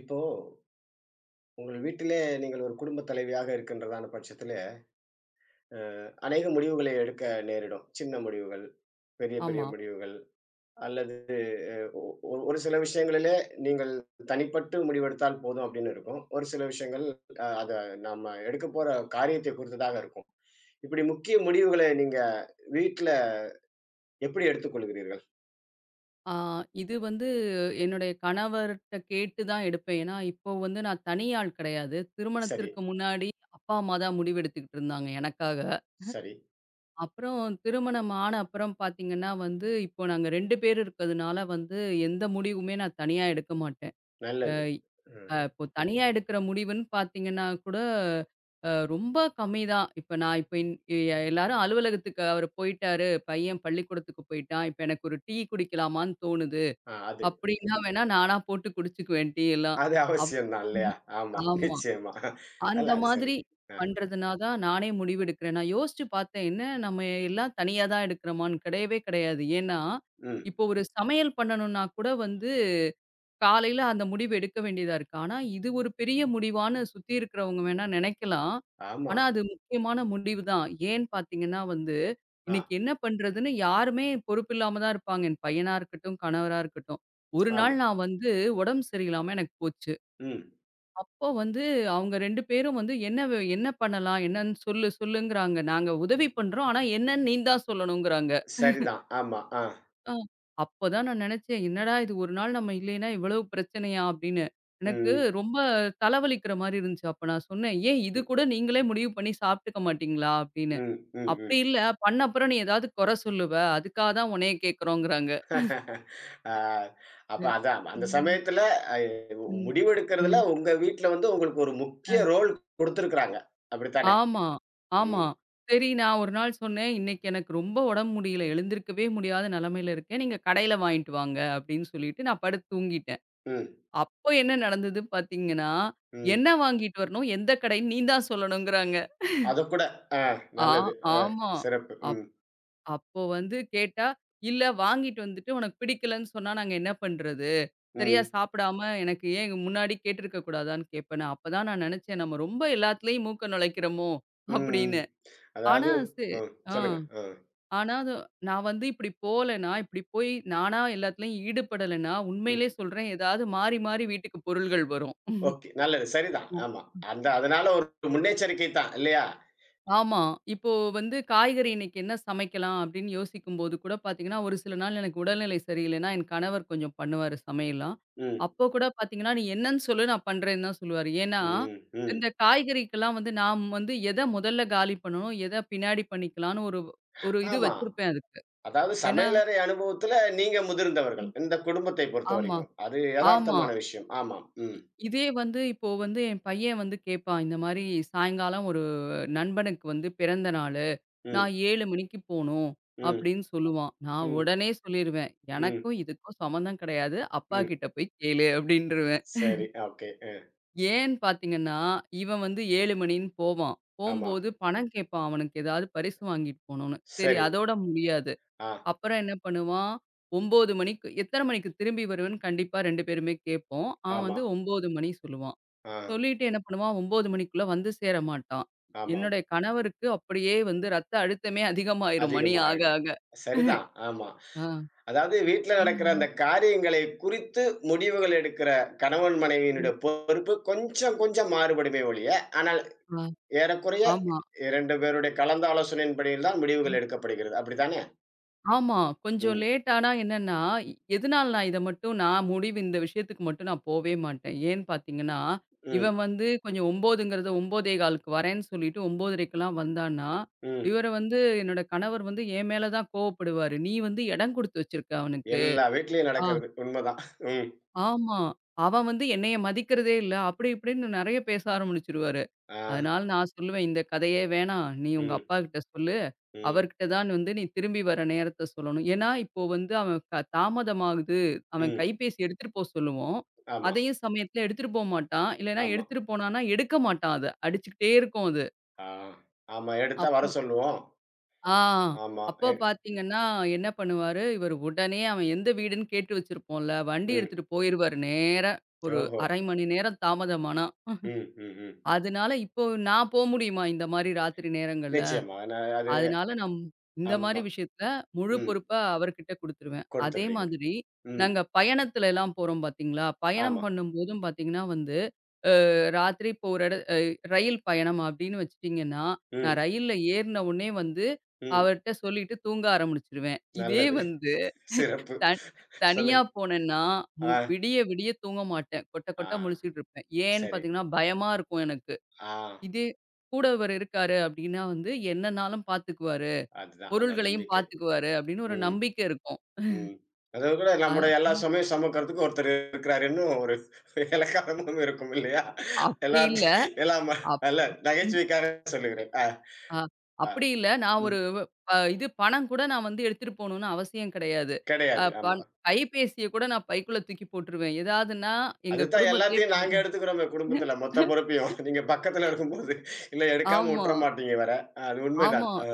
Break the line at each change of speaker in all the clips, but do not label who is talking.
இப்போ உங்கள் வீட்டிலே நீங்கள் ஒரு குடும்பத் தலைவியாக இருக்கின்றதான பட்சத்திலே, அநேக முடிவுகளை எடுக்க நேரிடும். சின்ன முடிவுகள், பெரிய பெரிய
ஆமா.
முடிவுகள் அல்லது ஒரு ஒரு சில விஷயங்களிலே நீங்கள் தனிப்பட்டு முடிவெடுத்தால் போதும் அப்படின்னு இருக்கும். ஒரு சில விஷயங்கள் அத நம்ம எடுக்கப் போற காரியத்தை பொறுத்ததாக இருக்கும். இப்படி முக்கிய முடிவுகளை நீங்க வீட்ல எப்படி எடுத்துக்கொள்கிறீர்கள்?
ஆ இது வந்து என்னுடைய கணவர்ட்ட கேட்டு தான் எடுப்பேன். ஏன்னா, இப்போ வந்து நான் தனி ஆள் கிடையாது.
சரி,
திருமணத்திற்கு முன்னாடி அப்பா, அம்மா தான் முடிவெடுத்துக்கிட்டு இருந்தாங்க எனக்காக.
சரி,
அப்புறம் திருமணம் ஆன அப்புறம் பார்த்தீங்கன்னா வந்து, இப்போ நாங்க 2 பேர் இருக்கிறதுனால வந்து எந்த முடிவுமே நான் தனியா எடுக்க மாட்டேன். அ
நல்லது. ம்.
அ இப்போ தனியா எடுக்கிற முடிவுன்னு பார்த்தீங்கன்னா கூட, ரொம்ப கம்மி தான். இப்ப நான் இப்ப இன் எ எல்லாரும் அலுவலகத்துக்கு அவரு போயிட்டாரு, பையன் பள்ளிக்கூடத்துக்கு போயிட்டான். இப்ப எனக்கு ஒரு டீ குடிக்கலாமான்னு தோணுது.
ஆ அது.
அப்படின்னா வேணா நானா போட்டு குடிச்சுக்குவேன் டீ எல்லாம்.
அது
அவ்
அவசியம் தான் இல்லையா? ஆமா,
ஆமா.
நிச்சயமா. அல்ல
அந்த
அது சரி.
மாதிரி
அ.
பண்றதுனா தான் நானே முடிவெடுக்கிறேன். நான் யோசிச்சு பார்த்தேன், என்ன நம்ம எல்லாம் தனியா தான் எடுக்கிறோமான்னு? கிடையவே கிடையாது. ஏன்னா,
ம்.
இப்போ ஒரு சமையல் பண்ணணும்னா கூட வந்து காலையில அந்த முடிவு எடுக்க வேண்டியதா இருக்கு. ஆனா, இது ஒரு பெரிய முடிவான்னு சுத்தி இருக்கிறவங்க வேணா நினைக்கலாம்.
ஆமா.
ஆனா, அது முக்கியமான முடிவு தான். ஏன்னு பார்த்தீங்கன்னா வந்து,
ஆ,
இன்னைக்கு என்ன பண்றதுன்னு யாருமே பொறுப்பில்லாம தான் இருப்பாங்க. என் பையனா இருக்கட்டும், கணவரா இருக்கட்டும். ஒரு
ஆமா.
நாள் நான் வந்து உடம்பு சரியில்லாம எனக்கு போச்சு.
ம்.
அப்போ வந்து அவங்க 2 பேரும் வந்து என்ன பண்ணலாம்? என்னன்னு சொல்லு சொல்லுங்கிறாங்க." நாங்க உதவி
ம்.
பண்றோம். ஆனா என்னன்னு நீ தான் சொல்லணுங்கிறாங்க.
சரிதான். ஆமா. ஆ.
ஆ. அப்பதான் நான் நினைச்சேன், "என்னடா இது ஒரு நாள் நம்ம இல்லைன்னா இவ்வளவு பிரச்சனையா?" அப்படின்னு. எனக்கு
ம்.
ரொம்ப தலைவலிக்கிற மாரி இருந்துச்சு. அப்ப நான் சொன்னேன், "ஏன் இது
ம்.
கூட நீங்களே முடிவு பண்ணி சாப்பிட்டுக்க மாட்டீங்களா?" அப்படின்னு.
ம். ம். ம்.
"அப்படி இல்ல, பண்ண அப்புறம் நீ ஏதாவது குறை சொல்லுவ. அதுக்காக தான் உன்னைய கேட்கிறோங்கிறாங்க."
ஆ, அப்ப
ம்.
அதான். அந்த சமயத்துல அ
ம்.
முடிவெடுக்கிறதுல
ம்.
உங்க வீட்ல வந்து உங்களுக்கு ஒரு முக்கிய
அ.
ரோல் குடுத்திருக்கிறாங்க. அப்படித்தானே?
ஆமா, ஆமா.
ம்.
சரி நான் ஒரு நாள் சொன்னேன், "இன்னைக்கு எனக்கு ரொம்ப உடம்பு முடியல. எழுந்திருக்கவே முடியாத நிலைமையில இருக்கேன். நீங்க கடையில வாங்கிட்டு வாங்க." அப்படின்னு சொல்லிட்டு நான் படுத்து தூங்கிட்டேன்.
ம்.
அப்போ என்ன நடந்தது பார்த்தீங்கன்னா,
ம்.
என்ன வாங்கிட்டு வரணும்? எந்த கடைன்னு நீ தான் சொல்லணுங்கிறாங்க.
அதக்கூட ஆ
ஆ
நல்லது. அ
ஆமா.
சிறப்பு.
அப்
ம்.
அப்போ வந்து கேட்டா, "இல்ல வாங்கிட்டு வந்துட்டு உனக்கு பிடிக்கலன்னு சொன்னா நாங்க என்ன பண்றது? சரியா
ம்.
சாப்பிடாம எனக்கு ஏன் முன்னாடி கேட்டிருக்க கூடாதான்னு கேட்பேன்னு." அப்பதான் நான் நெனச்சேன், நம்ம ரொம்ப எல்லாத்துலயும் மூக்க நுழைக்கிறோமோ!
ம். ம்.
அப்படின்னு.
அதாவது
ஆனா சே
ம்.
ஆ.
சொல்லுங்க. ஆ.
ஆனா அது நான் வந்து இப்படி போலன்னா, இப்படி போய் நானா எல்லாத்துலயும் ஈடுபடலைன்னா,
ம்.
உண்மையிலே சொல்றேன் ஏதாவது மாறி மாறி வீட்டுக்கு பொருள்கள் வரும்.
ஓகே. நல்லது. சரிதான்.
ம்.
ஆமா. அந்த அதனால ஒரு முன்னெச்சரிக்கை தான் இல்லையா?
ஆமா. இப்போ வந்து காய்கறி இன்னைக்கு என்ன சமைக்கலாம் அப்படின்னு யோசிக்கும்போது கூட பார்த்தீங்கன்னா, ஒரு சில நாள் எனக்கு உடல்நிலை சரியில்லைன்னா, என் கணவர் கொஞ்சம் பண்ணுவாரு சமையல்லாம்.
ம்.
அப்போ கூட பார்த்தீங்கன்னா, "நீ என்னன்னு சொல்லு நான் பண்றேன்னு" தான் சொல்லுவாரு. ஏன்னா,
ம். ம்.
இந்த காய்கறிக்கெல்லாம் வந்து நாம் வந்து எத முதல்ல காலி பண்ணணும், எத பின்னாடி பண்ணிக்கலான்னு ஒரு ஒரு இது
ஆமா.
வச்சிருப்பேன் அதுக்கு.
அதாவது
ஏன்னா
சமையலறை அனுபவத்துல நீங்க முதிர்ந்தவர்கள். இந்த குடும்பத்தை
ஆமா,
பொறுத்தவரைக்கும். அது
ஆமா.
எதார்த்தமான விஷயம். ஆமாம்.
இ
ம்.
இதே வந்து இப்போ வந்து என் பையன் வந்து கேட்பான், இந்த மாரி சாயங்காலம் ஒரு நண்பனுக்கு வந்து பிறந்த நாளு.
ம்.
நான் 7 மணிக்கு போணும்
ம்.
அப்படின்னு சொல்லுவான். நான்
ம்.
உடனே சொல்லிருவேன். எனக்கும்
ம்.
இதுக்கும் சம்மந்தம் கிடையாது. அப்பா
ம்.
கிட்ட போய் கேளு அப்படின்ருவேன்.
சரி. ஓகே. அ.
ஏன்னு பார்த்தீங்கன்னா, இவன் வந்து 7 மணின்னு போவான்.
ஆமா.
போம்போது பணம் கேட்பான் அவனுக்கு ஏதாவது பரிசு வாங்கிட்டு போணும்னு. சரி
சரி.
அதோட முடியாது.
ஆ.
அப்புறம் என்ன பண்ணுவான், 9 மணிக்கு எத்தன மணிக்கு திரும்பி வருவேன்னு கண்டிப்பா 2 பேருமே கேட்போம். அவன்
ஆமா.
வந்து 9 மணி சொல்லுவான்.
ஆ.
சொல்லிட்டு என்ன பண்ணுவான் 9 மணிக்குள்ள வந்து சேர மாட்டான்.
ஆமாம்.
என்னுடைய கணவருக்கு அப்படியே வந்து ரத்த அழுத்தமே அதிகமாயிரும் மணி
அதிகமா
ஆக
ஆயிடும்.
ஆக.
சரிதான். ஆமா.
ஆ.
அதாவது வீட்ல நடக்கிற
ஏன்னா,
அந்த காரியங்களை குறித்து முடிவுகள் எடுக்கிற கணவன்
ம்.
மனைவியினுடைய பொறுப்பு கொஞ்சம் கொஞ்சம் மாறுபடுமே ஒழிய, ஆனால்
ஆ.
ஏறக்குறைய
ஆமா.
2 பேருடைய கலந்த ஆலோசனையின்படியில் தான் முடிவுகள்
ம்.
எடுக்கப்படுகிறது. அப்படித்தானே?
ஆமா. கொஞ்சம்
ம்.
லேட் ஆனா என்னன்னா, இ- எதனால நான் இத மட்டும் நான் முடிவு இந்த விஷயத்துக்கு மட்டும் நான் போவே மாட்டேன். ஏன்னு பார்த்தீங்கன்னா,
ம்,
இவன் வந்து கொஞ்சம் 9ங்கிறத 9:15க்கு வரேன்னு சொல்லிட்டு 9:30க்கெல்லாம் வந்தான்னா,
ம்.
இவர வந்து என்னோட கணவர் வந்து என் மேல தான் கோவப்படுவாரு. "நீ வந்து இடம் குடுத்து வச்சிருக்க அவனுக்கு."
எல்லா வீட்லயும்
ஆ.
நடக்கிறது. உண்மதான். ம்.
ஆமா. அவன் வந்து என்னைய மதிக்கிறதே இல்ல. அப்படி இப்படின்னு நெறைய பேச ஆரம்பிச்சுருவாரு.
ஆ.
அதனால நான் சொல்லுவேன், "இந்த கதையே வேணாம். நீ உங்க
ம்.
அப்பாகிட்ட சொல்லு.
ம்.
அவர்கிட்ட தான் வந்து நீ திரும்பி வர நேரத்த சொல்லணும்." ஏன்னா, இப்போ வந்து அவன் க தாமதமாகுது. அவன்
ம்.
கைபேசி எடுத்துட்டு போ சொல்லுவோம்.
ஆமா,
அதையும் சமயத்துல எடுத்துட்டு போ மாட்டான். இல்லைன்னா
ஆமா.
எடுத்துட்டு போனான்னா, எடுக்க மாட்டான் அத. அடிச்சுக்கிட்டே இருக்கும் அது.
ஆ. ஆமா. எடுத்தா வர
அப்போ
சொல்லுவோம்.
ஆ.
ஆமா.
அப்போ பார்த்தீங்கன்னா, என்ன பண்ணுவாரு, இவரு உடனே அவன் எந்த வீடுன்னு கேட்டு வச்சிருப்போம்ல, வண்டி
ம்.
எடுத்துட்டு போயிருவாரு நேரா. ஒரு
ஓஹோ!
1/2 மணி நேரம் தாமதமானா.
ம், ம், ம்.
அதனால இப்போ நான் போ முடியுமா இந்த மாரி ராத்திரி நேரங்கள்ல?
நிச்சயமா. அது
அதனால நான் இந்த மாரி
ஆமா.
விஷயத்துல முழு
ம்.
பொறுப்ப அவர்கிட்ட குடுத்துருவேன். அதே
குடுத்துடுறீங்க.
மாதிரி
ம்.
நாங்க பயணத்துல எல்லாம் போறோம் பார்த்தீங்களா? பயணம்
ஆமா.
பண்ணும்போதும் பார்த்தீங்கன்னா வந்து ராத்திரி இப்போ ஒரு இட அ ரயில் பயணம் அப்படின்னு வச்சுட்டீங்கன்னா, நான்
ம்,
ரயில்ல ஏறின உடனே வந்து
ம்.
அவர்ட்ட சொல்லிட்டு தூங்க ஆரம்பிச்சுருவேன். இதே
நல்லது.
வந்து
சிறப்பு.
தன் தனியா
சொல்லுங்க.
போனேன்னா,
ஆ.
விடிய விடிய தூங்க மாட்டேன். கொட்ட
ஆ.
கொட்ட முழிச்சுட்டு இருப்பேன். ஏன்னு
சரி.
பார்த்தீங்கன்னா, பயமா இருக்கும் எனக்கு.
ஆ.
இதே கூட இவரு இருக்காரு அப்படின்னா வந்து, என்னனாலும் பார்த்துக்குவாரு,
அதுதான் அந்த
பொருள்களையும்
நம்பிக்கை.
பார்த்துக்குவாரு அப்படின்னு ஒரு
ம்.
நம்பிக்கை இருக்கும்.
ம். அதாவது கூட
அ
நம்முடைய எல்லா சுமையும் சுமக்கிறதுக்கு ஒருத்தர் இருக்கிறாருன்னு ஒரு எளக்காரமும் இருக்கும் இல்லையா?
அப்படி இல்ல.
எல்லாத்தையும் எல்லாம்
அப்
அல்ல
ம்.
நகைச்சுவைக்காக சொல்லுகிறேன். அ,
அ
அ,
அப்படி இல்ல. நான்
ம்.
ஒரு அ இது பணம் கூட நான் வந்து எடுத்துட்டு போணும்னு அவசியம் கிடையாது. அ
கிடையாது. ஆமா.
பண் கைபேசிய கூட நான் பைக்குள்ள தூக்கி போட்டுருவேன். ஏதாவதுன்னா எங்க
அதுதான்
குடும்பத்திலேயே
எல்லாத்தையும் நாங்க
பாதி
எடுத்துக்கிறோமே குடும்பத்துல, மொத்த பொறுப்பையும். நீங்க பக்கத்துல இருக்கும்போது, இல்ல எடுக்காம
ஆமா,
உட்ற மாட்டீங்க வேற. ஆ, அது உண்மைதான்.
ஆமா.
அ,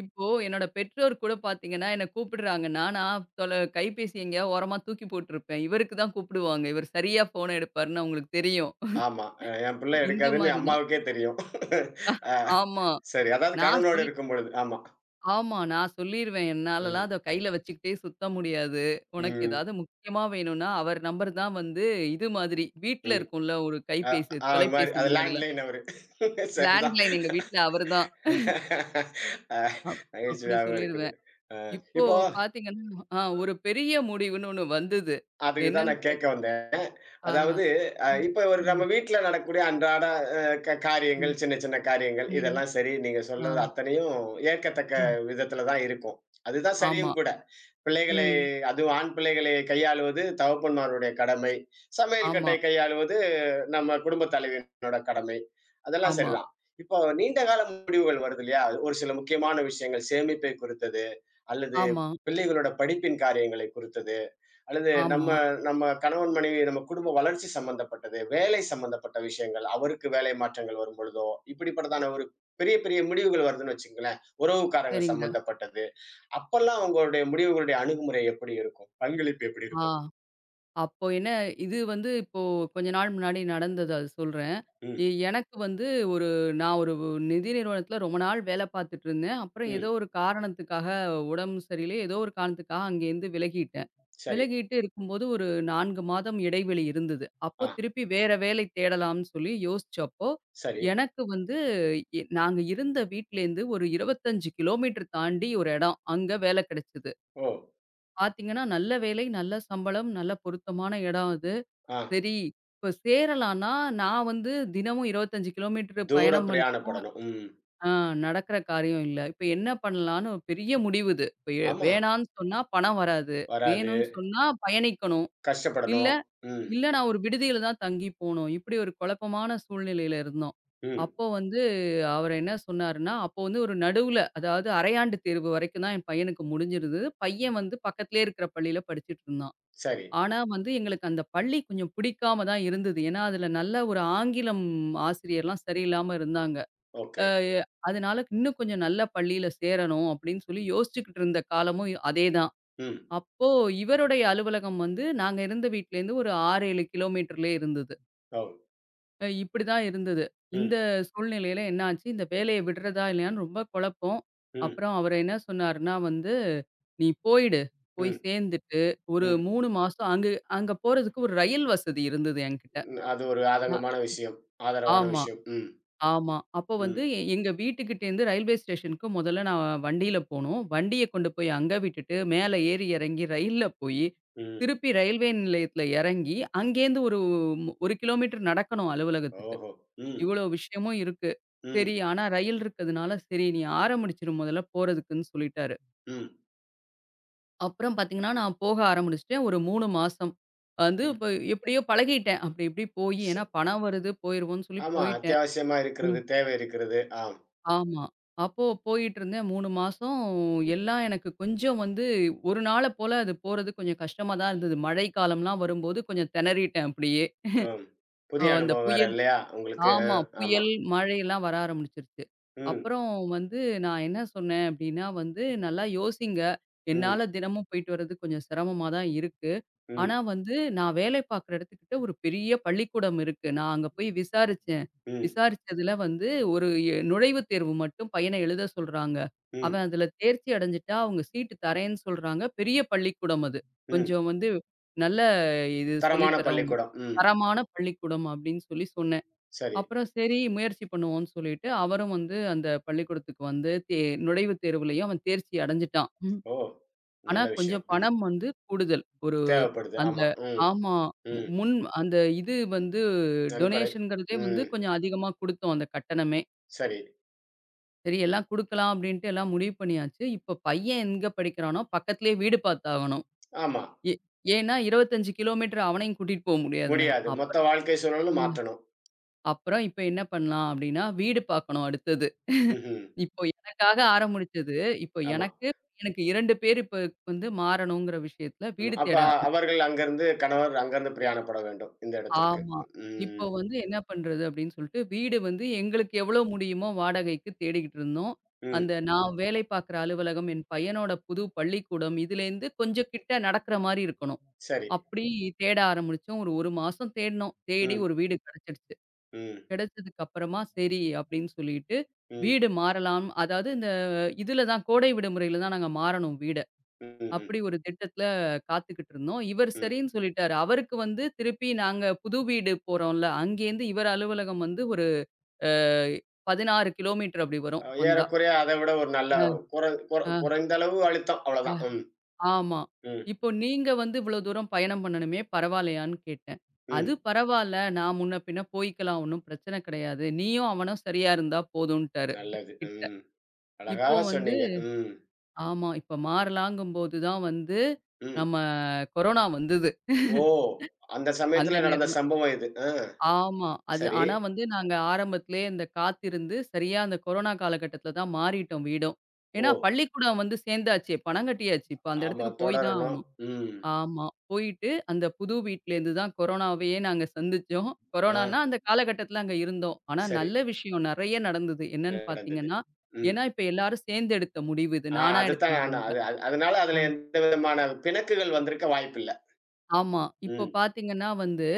இப்போ என்னோட பெற்றோர் கூட பார்த்தீங்கன்னா, என்ன கூப்பிடுறாங்கன்னா, நான் தொல கைபேசி எங்கேயாவது ஓரமா தூக்கி போட்டுருப்பேன். இவருக்கு தான் கூப்பிடுவாங்க. இவர் சரியா ஃபோன எடுப்பாருன்னு அவங்களுக்கு தெரியும்.
ஆமா. அ என் பிள்ளை
இந்த
எடுக்காதுன்னு
மாரி தான்.
அம்மாவுக்கே தெரியும். அ,
ஆமா.
சரி. அதாவது
நான்
கணவனோடு
சொல்
இருக்கும்பொழுது. ஆமா.
ஆமா. நான் சொல்லிருவேன்.
ம்.
என்னாலலாம் அத கையில வச்சுக்கிட்டே சுத்த முடியாது. உனக்கு
ம்.
ஏதாவது முக்கியமா வேணும்னா, அவர் நம்பர் தான் வந்து இது மாதிரி வீட்ல
ம்.
இருக்கும்ல ஒரு
அ ஆ,
கைபேசி,
அது மாரி.
தொலைபேசி
அது
முன்னாடிலாம்.
லேண்ட்லைன் அவரு. சரிதான்.
லேண்ட்லைன் எங்க வீட்ல அவரு தான்.
அ
அப் அப்படி
நகைச்சுவையாவும் இருக்குது.
சொல்லிருவேன்.
அ
இப்போ
இப்போ
பார்த்தீங்கன்னா, ஒரு பெரிய முடிவுன்னு ஒண்ணு வந்தது.
அதுக்கு தான்
என்னன்னு
நான் கேட்க
பாத்
வந்தேன்.
ஆ.
அதாவது இப்ப ஒரு நம்ம
ம்.
வீட்ல நடக்கக்கூடிய அன்றாட அ க காரியங்கள்,
ம்.
சின்ன சின்ன காரியங்கள்
ம்.
இதெல்லாம் சரி. நீங்க
ஆ.
சொல்றது அத்தனையும் ஏற்கத்தக்க
ம்.
விதத்துல தான் இருக்கும். அதுதான்
ஆமா.
சரியும் கூட. பிள்ளைகளை
ம்.
அதுவும் ஆண் பிள்ளைகளை கையாளுவது தகப்பன்மாருடைய கடமை. சமையல்
ஆமா,
கட்டை கையாளுவது நம்ம குடும்ப தலைவியினோட கடமை அதெல்லாம்
ஆமா,
சரிதான். இப்போ நீண்ட கால முடிவுகள் வருது இல்லையா? ஒரு சில முக்கியமான விஷயங்கள் சேமிப்பை குறித்தது, அல்லது
ஆமா,
பிள்ளைகளோட படிப்பின் காரியங்களை குறித்தது, அல்லது நம்ம
ஆமா.
நம்ம கணவன், மனைவி நம்ம குடும்ப வளர்ச்சி சம்பந்தப்பட்டது, வேலை சம்பந்தப்பட்ட விஷயங்கள், அவருக்கு வேலை மாற்றங்கள் வரும்பொழுதோ, இப்படிப்பட்டதான ஒரு பெரிய பெரிய முடிவுகள் வருதுன்னு வச்சுக்கங்களேன். உறவுக்காரங்க
சரிங்க.
சம்பந்தப்பட்டது. அப்பல்லாம் உங்களுடைய முடிவுகளுடைய அணுகுமுறை எப்படி இருக்கும்? பங்களிப்பு எப்படி
ஆ.
இருக்கும்?
அப்போ என்ன இது வந்து இப்போ கொஞ்ச நாள் முன்னாடி நடந்தது அது சொல்றேன்.
ம்,
எனக்கு வந்து ஒரு நான் ஒரு நிதி நிறுவனத்தில ரொம்ப நாள் வேல பார்த்துட்டு இருந்தேன். அப்புறம் ஏதோ
ம்.
ஒரு காரணத்துக்காக உடம்பு சரியில்ல. ஏதோ ஒரு காரணத்துக்காக அங்கேருந்து விலகிட்டேன்.
சரி.
விலகிட்டு இருக்கும்போது ஒரு 4 மாதம் இடைவெளி இருந்தது. அப்போ
ஆ,
திருப்பி வேற வேலை தேடலாம்னு சொல்லி யோசிச்சப்போ,
சரி.
எனக்கு வந்து நாங்க இருந்த வீட்லேருந்து ஒரு 25 கிலோமீட்டர் தாண்டி ஒரு இடம். அங்க வேல கிடைச்சது.
ஓ!
பார்த்தீங்கன்னா, நல்ல வேலை, நல்ல சம்பளம், நல்ல பொருத்தமான இடம் அது.
ஆ.
சரி, இப்ப சேரலான்னா, நான் வந்து தினமும் 25 கிலோமீட்டர்
தூர
பயணம் பண்றேன்னா,
பிரயாணப்படணும். ம்.
ஆ நடக்கிற காரியம் இல்ல. இப்ப என்ன பண்ணலான்னு ஒரு பெரிய முடிவு இது. இப்ப
ஆமா.
வேணான்னு சொன்னா பணம் வராது. வேணும்னு
வராது.
சொன்னா பயணிக்கணும். இல்ல,
கஷ்டப்படணும். ம்.
இல்ல நான் ஒரு விடுதியில தான் தங்கி போணும். இப்படி ஒரு குழப்பமான சூழ்நிலையில இருந்தோம்.
ம்.
அப்போ வந்து அவர் என்ன சொன்னாருன்னா, அப்போ வந்து ஒரு நடுவுல அதாவது அரையாண்டு தேர்வு வரைக்கும் தான் என் பையனுக்கு முடிஞ்சிருந்தது. பையன் வந்து பக்கத்திலேயே இருக்கிற பள்ளியில படிச்சுட்டு இருந்தான்.
சரி.
ஆனா வந்து எங்களுக்கு அந்த பள்ளி கொஞ்சம் பிடிக்காம தான் இருந்தது. ஏன்னா, அதுல நல்ல ஒரு ஆங்கிலம் ஆசிரியர்லாம் சரியில்லாம இருந்தாங்க.
ஓகே.
அ எ அதனால இன்னும் கொஞ்சம் நல்ல பள்ளியில சேரணும் அப்படின்னு சொல்லி யோசிச்சுக்கிட்டு இருந்த காலமும் அதேதான்.
ம்.
அப்போ இவருடைய அலுவலகம் வந்து நாங்க இருந்த வீட்லேருந்து ஒரு 6, 7 கிலோமீட்டர்லயே இருந்தது.
ஓ!
இப்படிதான் இருந்தது.
ம்.
இந்த சூழ்நிலையில என்ன ஆச்சு, இந்த வேலைய விடுறதா இல்லையான்னு ரொம்ப குழப்பம்.
ம்.
அப்புறம் அவர் என்ன சொன்னாருன்னா வந்து, "நீ போயிடு. போய்
ம்.
சேர்ந்துட்டு
ம்.
ஒரு
ம்.
3 மாசம்" அங்க போறதுக்கு ஒரு ரயில் வசதி இருந்தது என்கிட்ட.
அது ஒரு
அ
ஆதங்கமான விஷயம். ஆதரவான
ஆமா.
விஷயம். ம்.
ஆமா. அப்போ வந்து
ம்.
எங்க வீட்டுக்கிட்டேருந்து ரயில்வே ஸ்டேஷனுக்கு முதல்ல நான் வண்டியில போணும். வண்டிய கொண்டு போய் அங்க விட்டுட்டு, மேல ஏறி இறங்கி ரயில்ல போயி,
ம்.
திருப்பி ரயில்வே நிலையத்தில இறங்கி, அங்கேருந்து ஒரு 1 கிலோமீட்டர் நடக்கணும் அலுவலகத்துக்கு.
ஓஹோ! ம்.
இவ்வளோ விஷயமும் இருக்கு.
ம்.
சரி, ஆனா ரயில் இருக்கிறதுனால, சரி நீ ஆரம்பிச்சுரு முதல்ல போறதுக்குன்னு சொல்லிட்டாரு.
ம்.
அப்புறம் பார்த்தீங்கன்னா, நான் போக ஆரம்பிச்சுட்டேன். ஒரு 3 மாசம் வந்து
ம்.
இப்ப எப்படியோ பழகிட்டேன். அப்படி இப்படி போயி,
ச
ஏன்னா பணம் வருது போயிருவோம்ன்னு சொல்லி
ஆமா.
போயிட்டேன்.
அத்தியாவசியமா
ம்.
இருக்கிறது. தேவை இருக்கிறது. ஆம்.
ஆமா. அப்போ போயிட்டுருந்தேன் 3 மாசம் எல்லாம் எனக்கு கொஞ்சம் வந்து ஒரு நாள போல அது போறது கொஞ்சம் கஷ்டமா தான் இருந்தது. மழை காலம்லாம் வரும்போது கொஞ்சம் திணறிட்டேன் அப்படியே.
ஆம். புதிய
அந்த
அனுபவம் வேற
புயல்
இல்லையா? உங்களுக்கு. அ
ஆமா.
ஆமா.
புயல், மழையெல்லாம் வர ஆரம்பிச்சுருச்சு.
ம்.
அப்புறம் வந்து நான் என்ன சொன்னேன் அப்டின்னா வந்து, "நல்லா யோசிங்க.
ம்.
என்னால தினமும் போயிட்டு வர்றது கொஞ்சம் சிரமமா தான் இருக்கு. ஆனா
ம்.
வந்து நான் வேலை பார்க்குற இடத்துக்கிட்ட ஒரு பெரிய பள்ளிக்கூடம் இருக்கு. நான் அங்க போய் விசாரிச்சேன்.
ம்.
விசாரிச்சதுல வந்து ஒரு எ நுழைவுத் தேர்வு மட்டும் பையன எழுத சொல்றாங்க.
ம்.
அவன் அதுல தேர்ச்சி அடைஞ்சுட்டா அவங்க சீட்டு தரேன்னு சொல்றாங்க. பெரிய பள்ளிக்கூடம் அது.
ம்.
கொஞ்சம் வந்து நல்ல இது சொல்லி
தரமான
தரவங்க.
பள்ளிக்கூடம். ம்.
தரமான பள்ளிக்கூடம்" அப்டின்னு சொல்லி சொன்னேன்.
சரி.
அப்புறம் சரி முயற்சி பண்ணுவோம்ன்னு சொல்லிட்டு, அவரும் வந்து அந்த பள்ளிக்கூடத்துக்கு வந்து நுழைவுத் தேர்வுலயும் அவன் தேர்ச்சி அடைஞ்சுட்டான். ம்.
ஓ!
ஆனா,
நல்ல விஷயம்.
கொஞ்சம்
ம்.
பணம் வந்து கூடுதல். ஒரு
தேவைப்படுது.
அந்த
ஆமா. ம்.
ஆமா. மு
ம்.
முன் அந்த இது வந்து
நன்கொடை.
டொனேஷன்ங்கிறதே வந்து
ம்.
கொஞ்சம் அதிகமா குடுத்தோம் அந்த கட்டணமே.
சரி.
சரி எல்லாம் குடுக்கலாம் அப்டின்ட்டு எல்லாம் முடிவு பண்ணியாச்சு. இப்ப பையன் எங்க படிக்கிறானோ, பக்கத்திலேயே வீடு பார்த்தாகணும்.
ஆமா.
ஏ ஏன்னா 25 கிலோமீட்டர் அவனையும் கூட்டிட்டு போ முடியாது நான்.
முடியாது. மொத்த
அப்புறம்
வாழ்க்கை சூழலும்
ம்.
மாற்றணும்.
அப்புறம் இப்ப என்ன பண்ணலாம் அப்டின்னா, வீடு பார்க்கணும் அடுத்தது.
ம்ஹ்ம்.
இப்போ எனக்காக ஆரம்பிச்சது. இப்போ
ஆமா.
எனக்கு, எனக்கு 2 பேர் இப்ப வந்து மாறணுங்கிற விஷயத்துல
ம்.
வீடு
அப்ப
தேட
அவர்கள் அங்கிருந்து கணவர் அங்கிருந்து பிரயாணப்பட வேண்டும். இந்த இடத்திற்கு.
ஆமா. இப்போ
ம்.
வந்து என்ன பண்றது அப்படின்னு சொல்லிட்டு, வீடு வந்து எங்களுக்கு எவ்வளோ முடியுமோ வாடகைக்கு தேடிக்கிட்டு இருந்தோம்.
ம்.
அந்த நான் வேலை பார்க்குற அலுவலகம், என் பையனோட புது பள்ளிக்கூடம் இதுலேருந்து கொஞ்சம் கிட்ட நடக்கிற மாரி இருக்கணும்.
சரி.
அப்படி தேட ஆரம்பிச்சோம். ஒரு 1 மாசம் தேடினோம். தேடி
ம்.
ஒரு வீடு கிடைச்சிடுச்சு.
ம்.
கிடைச்சதுக்கு அப்புறமா சரி அப்படின்னு சொல்லிட்டு,
ம்.
வீடு மாறலாம். அதாவது இந்த இதுல தான் கோடை விடுமுறையில தான் நாங்க மாறணும் வீட.
ம். ம்.
அப்படி ஒரு திட்டத்துல காத்துக்கிட்டு இருந்தோம். இவர்
ம்.
சரின்னு சொல்லிட்டாரு. அவருக்கு வந்து திருப்பி நாங்க புது வீடு போறோம்ல, அங்கேருந்து இவர் அலுவலகம் வந்து ஒரு அ 16 கிலோமீட்டர் அப்படி வரும்
அ
வந்தா.
ஏறக்குறைய அத விட ஒரு நல்ல குற குற
அ,
குறைந்த அளவு அழுத்தம். அவ்வளதான். ம்.
ஆமா.
ம்.
இப்போ நீங்க வந்து இவ்வளோ தூரம் பயணம் பண்ணணுமே பரவாயில்லையான்னு கேட்டேன்.
ம்.
அது பரவால்ல. நான் முன்ன பின்ன போய்க்கலாம் ஒண்ணும் பிரச்சனை கிடையாது. நீயும் அவனும் சரியா இருந்தா போதும்ன்ட்டாரு
நல்லது.
கிட்ட.
ம். அழகா
இப்போ வந்து
சொன்னீங்க. ம்.
ஆமா. இப்ப மாறலாங்கும்போது தான் வந்து
ம்.
நம்ம கொரோனா வந்தது.
ஓ! அந்த
அந்த
சமயத்துல நடந்த
நேரம் தான்.
சம்பவம் இது. ஆ,
ஆமா. அது
சரி.
ஆனா வந்து நாங்க ஆரம்பத்திலேயே இந்த காத்திருந்து, சரியா அந்த கொரோனா காலகட்டத்தில தான் மாறிட்டோம் வீடும்.
ஓ!
ஏன்னா பள்ளிக்கூடம் வந்து சேர்ந்தாச்சு, பணம் கட்டியாச்சு. இப்ப அந்த
ஆமா
இடத்துக்கு போய் தான்
தொடரணும்.
ஆவணும்.
ம்.
ஆமா. போயிட்டு அந்த புது வீட்லேருந்து தான் கொரோனாவையே நாங்க சந்திச்சோம்.
ஆ,
கொரோனான்னா அந்த காலகட்டத்தில அங்க இருந்தோம். ஆனா
சரி.
நல்ல விஷயம் நெறைய நடந்தது. என்னன்னு
நடந்தது.
பார்த்தீங்கன்னா,
ம்.
ஏன்னா இப்ப எல்லாரும் சேர்ந்து எடுத்த முடிவு இது.
ஆ
நானா எடுத்த
அதுதான் ஆனா
முடிவு இல்ல.
அது அது அதனால அதுல எந்த விதமான பிணக்குகள் வந்திருக்க வாய்ப்பில்ல.
ஆமா. இப்போ
ம்.
பார்த்தீங்கன்னா வந்து,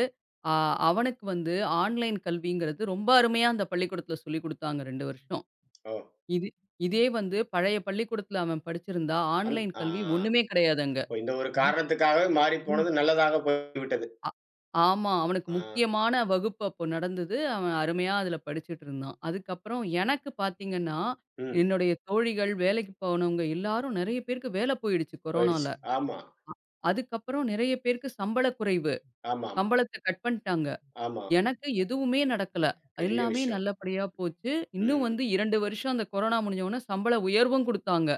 அ அவனுக்கு வந்து ஆன்லைன் கல்விங்கிறது ரொம்ப அருமையா அந்த பள்ளிக்கூடத்தில சொல்லிக் குடுத்தாங்க 2 வருஷம்.
ஓ!
இது இதே வந்து பழைய பள்ளிக்கூடத்தில அவன் படிச்சிருந்தா,
அந்
ஆன்லைன்
ஆ
கல்வி ஒண்ணுமே கிடையாது அங்க.
ஓ இந்த ஒரு காரணத்துக்காகவே மாறிப்
ம்.
போனது நல்லதாக போய்விட்டது.
அ ஆமா. அவனுக்கு
ஆ,
முக்கியமான வகுப்பு அப்போ நடந்தது. அவன் அருமையா அதில படிச்சுட்டு இருந்தான். அதுக்கப்புறம் எனக்கு பார்த்தீங்கன்னா,
ம்.
என்னுடைய தோழிகள், வேலைக்கு போனவங்க எல்லாரும் நெறைய பேருக்கு வேல போயிடுச்சு கொரோனால.
போயிடுச்சு. ஆமா.
அதுக்கப்புறம் நெறைய பேருக்கு சம்பள குறைவு.
ஆமாம்.
சம்பளத்த கட் பண்ட்டாங்க.
ஆமா.
எனக்கு எதுவுமே நடக்கல.
பெரிய
எல்லாமே
விஷயம்.
நல்லபடியா போச்சு. இன்னும்
ம்.
வந்து 2 வருஷம் அந்த கொரோனா முடிஞ்ச உடனே சம்பள உயர்வும் குடுத்தாங்க.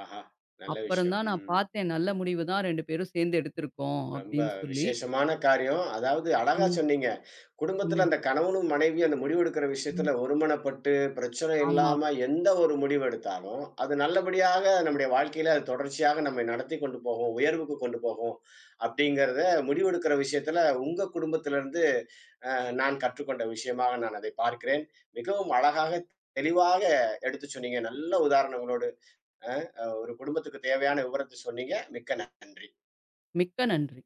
ஆஹா! நல்ல
அப்புறம்
விஷயம்.
தான் நான்
ம்.
பார்த்தேன். நல்ல முடிவு தான் 2 பேரும் சேர்ந்து எடுத்திருக்கோம்
ரொம்ப
அப்படின்னு சொல்லி.
விசேஷமான காரியம். அதாவது அழகா
ம்,
சொன்னீங்க. குடும்பத்துல
ம்,
அந்த கணவனும், மனைவியும் அந்த முடிவெடுக்கிற
ம்.
விஷயத்துல ஒருமனப்பட்டு, பிரச்சனை
ஆமா.
இல்லாம எந்த ஒரு முடிவு எடுத்தாலும், அது நல்லபடியாக நம்முடைய வாழ்க்கையில அது தொடர்ச்சியாக நம்மை நடத்திக் கொண்டு போகும். உயர்வுக்கு கொண்டு போகும். அப்படிங்கிறத முடிவெடுக்கிற விஷயத்துல உங்க குடும்பத்திலிருந்து நான் கற்றுக்கொண்ட விஷயமாக நான் அதை பார்க்கிறேன். மிகவும் அழகாக, தெளிவாக எடுத்து சொன்னீங்க. நல்ல உதாரணங்களோடு ஒரு குடும்பத்துக்கு தேவையான விவரத்த சொன்னீங்க. மிக்க நன்றி.
மிக்க நன்றி.